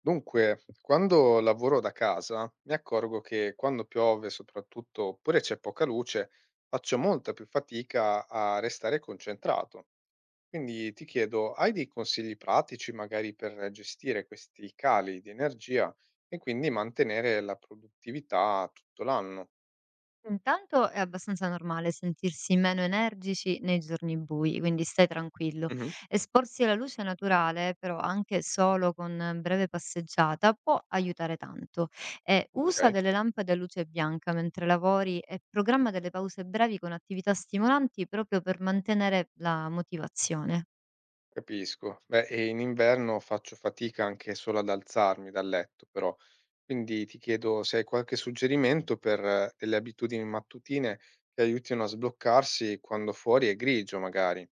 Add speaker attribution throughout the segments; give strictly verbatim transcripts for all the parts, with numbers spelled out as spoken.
Speaker 1: Dunque, quando lavoro da casa mi accorgo che quando piove soprattutto oppure c'è poca luce, faccio molta più fatica a restare concentrato. Quindi ti chiedo, hai dei consigli pratici magari per gestire questi cali di energia e quindi mantenere la produttività tutto l'anno?
Speaker 2: Intanto è abbastanza normale sentirsi meno energici nei giorni bui, quindi stai tranquillo.
Speaker 1: Mhm.
Speaker 2: Esporsi alla luce naturale, però anche solo con eh, breve passeggiata, può aiutare tanto. E usa
Speaker 1: Ok,
Speaker 2: delle lampade a luce bianca mentre lavori e programma delle pause brevi con attività stimolanti proprio per mantenere la motivazione.
Speaker 1: capisco. Beh, e in inverno faccio fatica anche solo ad alzarmi dal letto, però. Quindi ti chiedo se hai qualche suggerimento per eh, delle abitudini mattutine che aiutino a sbloccarsi quando fuori è grigio, magari.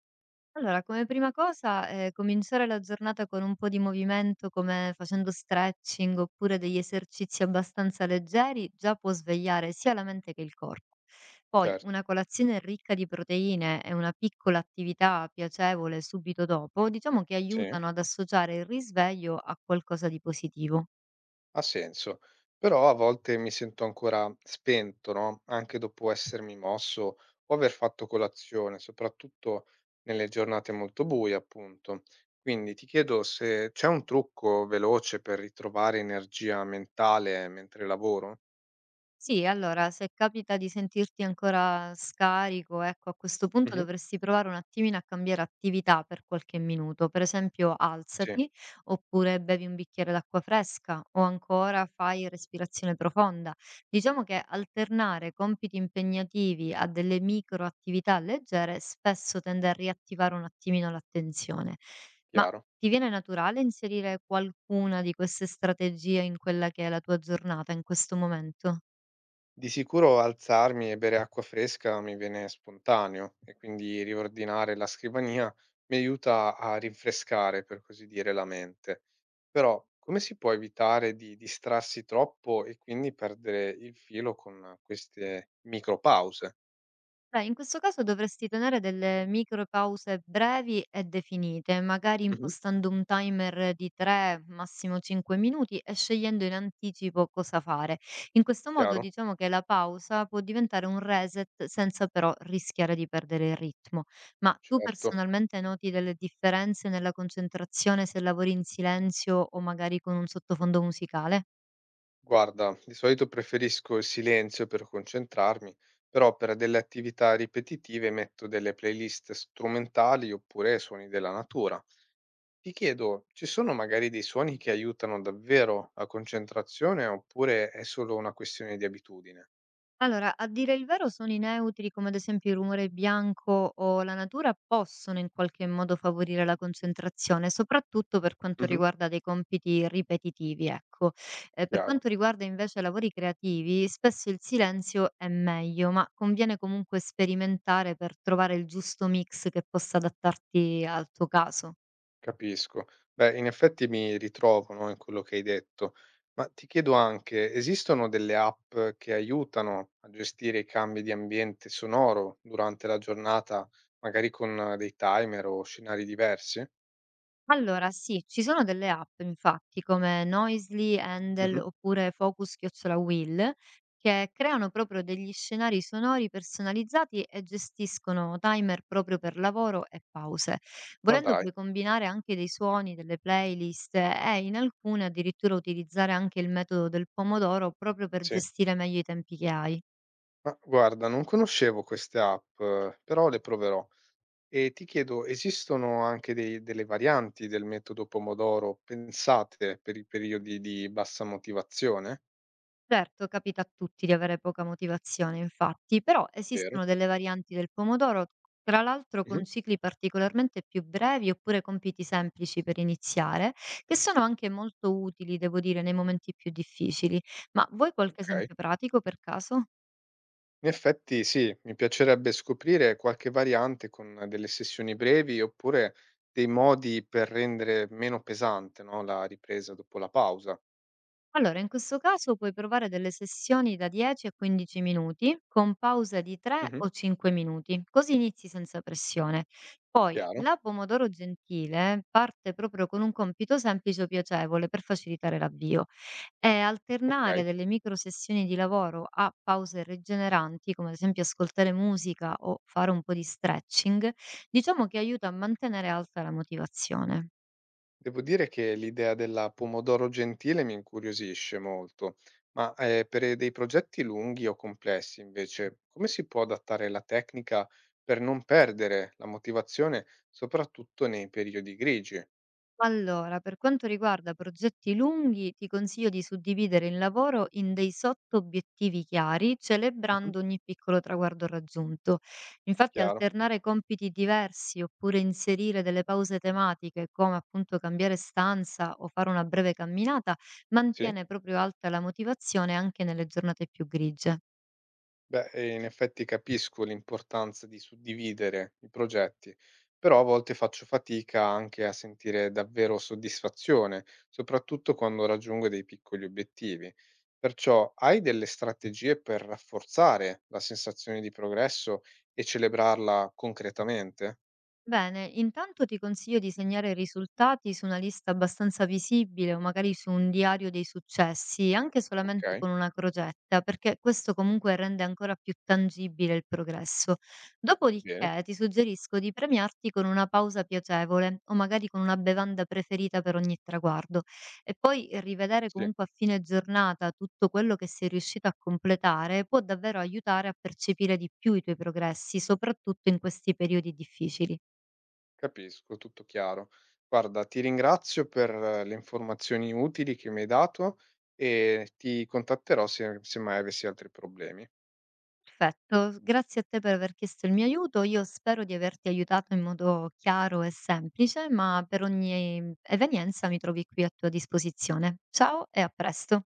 Speaker 2: Allora, come prima cosa, ehm, cominciare la giornata con un po' di movimento come facendo stretching oppure degli esercizi abbastanza leggeri, già può svegliare sia la mente che il corpo. Poi
Speaker 1: Certo,
Speaker 2: una colazione ricca di proteine e una piccola attività piacevole subito dopo, diciamo che
Speaker 1: sì,
Speaker 2: aiutano ad associare il risveglio a qualcosa di positivo.
Speaker 1: ha senso. Però a volte mi sento ancora spento, no? Anche dopo essermi mosso o aver fatto colazione, soprattutto nelle giornate molto buie, appunto. Quindi ti chiedo se c'è un trucco veloce per ritrovare energia mentale mentre lavoro?
Speaker 2: Sì, allora se capita di sentirti ancora scarico, ecco, a questo punto
Speaker 1: Mhm,
Speaker 2: dovresti provare un attimino a cambiare attività per qualche minuto. Per esempio,
Speaker 1: sì,
Speaker 2: alzati, oppure bevi un bicchiere d'acqua fresca, o ancora fai respirazione profonda. Diciamo che alternare compiti impegnativi a delle micro attività leggere spesso tende a riattivare un attimino l'attenzione. Ma
Speaker 1: chiaro.
Speaker 2: ti viene naturale inserire qualcuna di queste strategie in quella che è la tua giornata in questo momento?
Speaker 1: Di sicuro alzarmi e bere acqua fresca mi viene spontaneo e quindi riordinare la scrivania mi aiuta a rinfrescare, per così dire, la mente. Però come si può evitare di distrarsi troppo e quindi perdere il filo con queste micropause?
Speaker 2: Beh, in questo caso dovresti tenere delle micro pause brevi e definite, magari
Speaker 1: Mhm.
Speaker 2: impostando un timer di tre, massimo cinque minuti e scegliendo in anticipo cosa fare. In questo modo
Speaker 1: Chiaro?
Speaker 2: diciamo che la pausa può diventare un reset senza però rischiare di perdere il ritmo. Ma tu
Speaker 1: Certo.
Speaker 2: personalmente noti delle differenze nella concentrazione se lavori in silenzio o magari con un sottofondo musicale?
Speaker 1: Guarda, di solito preferisco il silenzio per concentrarmi, però per delle attività ripetitive metto delle playlist strumentali oppure suoni della natura. Ti chiedo, ci sono magari dei suoni che aiutano davvero la concentrazione oppure è solo una questione di abitudine?
Speaker 2: Allora, a dire il vero suoni neutri come ad esempio il rumore bianco o la natura possono in qualche modo favorire la concentrazione, soprattutto per quanto
Speaker 1: Mh-mh.
Speaker 2: riguarda dei compiti ripetitivi, ecco. Eh, per
Speaker 1: Chiaro,
Speaker 2: quanto riguarda invece lavori creativi, spesso il silenzio è meglio, ma conviene comunque sperimentare per trovare il giusto mix che possa adattarti al tuo caso.
Speaker 1: capisco. Beh, in effetti mi ritrovo, no, in quello che hai detto, ma ti chiedo anche, esistono delle app che aiutano a gestire i cambi di ambiente sonoro durante la giornata, magari con eh, dei timer o scenari diversi?
Speaker 2: Allora sì, ci sono delle app infatti come Noisly, Handle
Speaker 1: Mh-mh.
Speaker 2: oppure Focus chiocciola Will che creano proprio degli scenari sonori personalizzati e gestiscono timer proprio per lavoro e pause.
Speaker 1: Ma
Speaker 2: Volendo
Speaker 1: dai,
Speaker 2: puoi combinare anche dei suoni, delle playlist e in alcune addirittura utilizzare anche il metodo del pomodoro proprio per
Speaker 1: sì.
Speaker 2: gestire meglio i tempi che hai.
Speaker 1: Ma guarda, non conoscevo queste app, eh, però le proverò. E ti chiedo, esistono anche dei delle varianti del metodo pomodoro pensate per i periodi di bassa motivazione?
Speaker 2: Certo, capita a tutti di avere poca motivazione, infatti, però
Speaker 1: Vero?
Speaker 2: esistono delle varianti del pomodoro, tra l'altro con
Speaker 1: Mh-mh.
Speaker 2: cicli particolarmente più brevi oppure compiti semplici per iniziare, che sono anche molto utili, devo dire, nei momenti più difficili. Ma vuoi qualche
Speaker 1: Okay.
Speaker 2: esempio pratico per caso?
Speaker 1: In effetti sì, mi piacerebbe scoprire qualche variante con delle sessioni brevi oppure dei modi per rendere meno pesante, no, la ripresa dopo la pausa.
Speaker 2: Allora, in questo caso puoi provare delle sessioni da dieci a quindici minuti, con pause di tre
Speaker 1: Mh-mh.
Speaker 2: o cinque minuti, così inizi senza pressione. Poi,
Speaker 1: Chiaro,
Speaker 2: la pomodoro gentile parte proprio con un compito semplice o piacevole per facilitare l'avvio e alternare
Speaker 1: okay.
Speaker 2: delle micro sessioni di lavoro a pause rigeneranti, come ad esempio ascoltare musica o fare un po' di stretching, diciamo che aiuta a mantenere alta la motivazione.
Speaker 1: Devo dire che l'idea della pomodoro gentile mi incuriosisce molto, ma eh, per dei progetti lunghi o complessi, invece, come si può adattare la tecnica per non perdere la motivazione, soprattutto nei periodi grigi?
Speaker 2: Allora, per quanto riguarda progetti lunghi, ti consiglio di suddividere il lavoro in dei sotto-obiettivi chiari,
Speaker 1: Mhm.
Speaker 2: celebrando ogni piccolo traguardo raggiunto. Infatti,
Speaker 1: Chiaro?
Speaker 2: alternare compiti diversi oppure inserire delle pause tematiche, come appunto cambiare stanza o fare una breve camminata,
Speaker 1: Sì.
Speaker 2: mantiene proprio alta la motivazione anche nelle giornate più grigie.
Speaker 1: Beh, ehm, in effetti capisco l'importanza di suddividere i progetti, però a volte faccio fatica anche a sentire davvero soddisfazione, soprattutto quando raggiungo dei piccoli obiettivi. Perciò hai delle strategie per rafforzare la sensazione di progresso e celebrarla concretamente?
Speaker 2: Bene, intanto ti consiglio di segnare i risultati su una lista abbastanza visibile o magari su un diario dei successi, anche solamente
Speaker 1: Okay,
Speaker 2: con una crocetta, perché questo comunque rende ancora più tangibile il progresso.
Speaker 1: bene,
Speaker 2: Dopodiché ti suggerisco di premiarti con una pausa piacevole o magari con una bevanda preferita per ogni traguardo e poi rivedere
Speaker 1: sì.
Speaker 2: comunque a fine giornata tutto quello che sei riuscito a completare può davvero aiutare a percepire di più i tuoi progressi, soprattutto in questi periodi difficili.
Speaker 1: Capisco, tutto chiaro. Guarda, ti ringrazio per eh, le informazioni utili che mi hai dato e ti contatterò se se mai avessi altri problemi.
Speaker 2: Perfetto, grazie a te per aver chiesto il mio aiuto. Io spero di averti aiutato in modo chiaro e semplice, ma per ogni mhmm, evenienza mi trovi qui a tua disposizione. Ciao e a presto.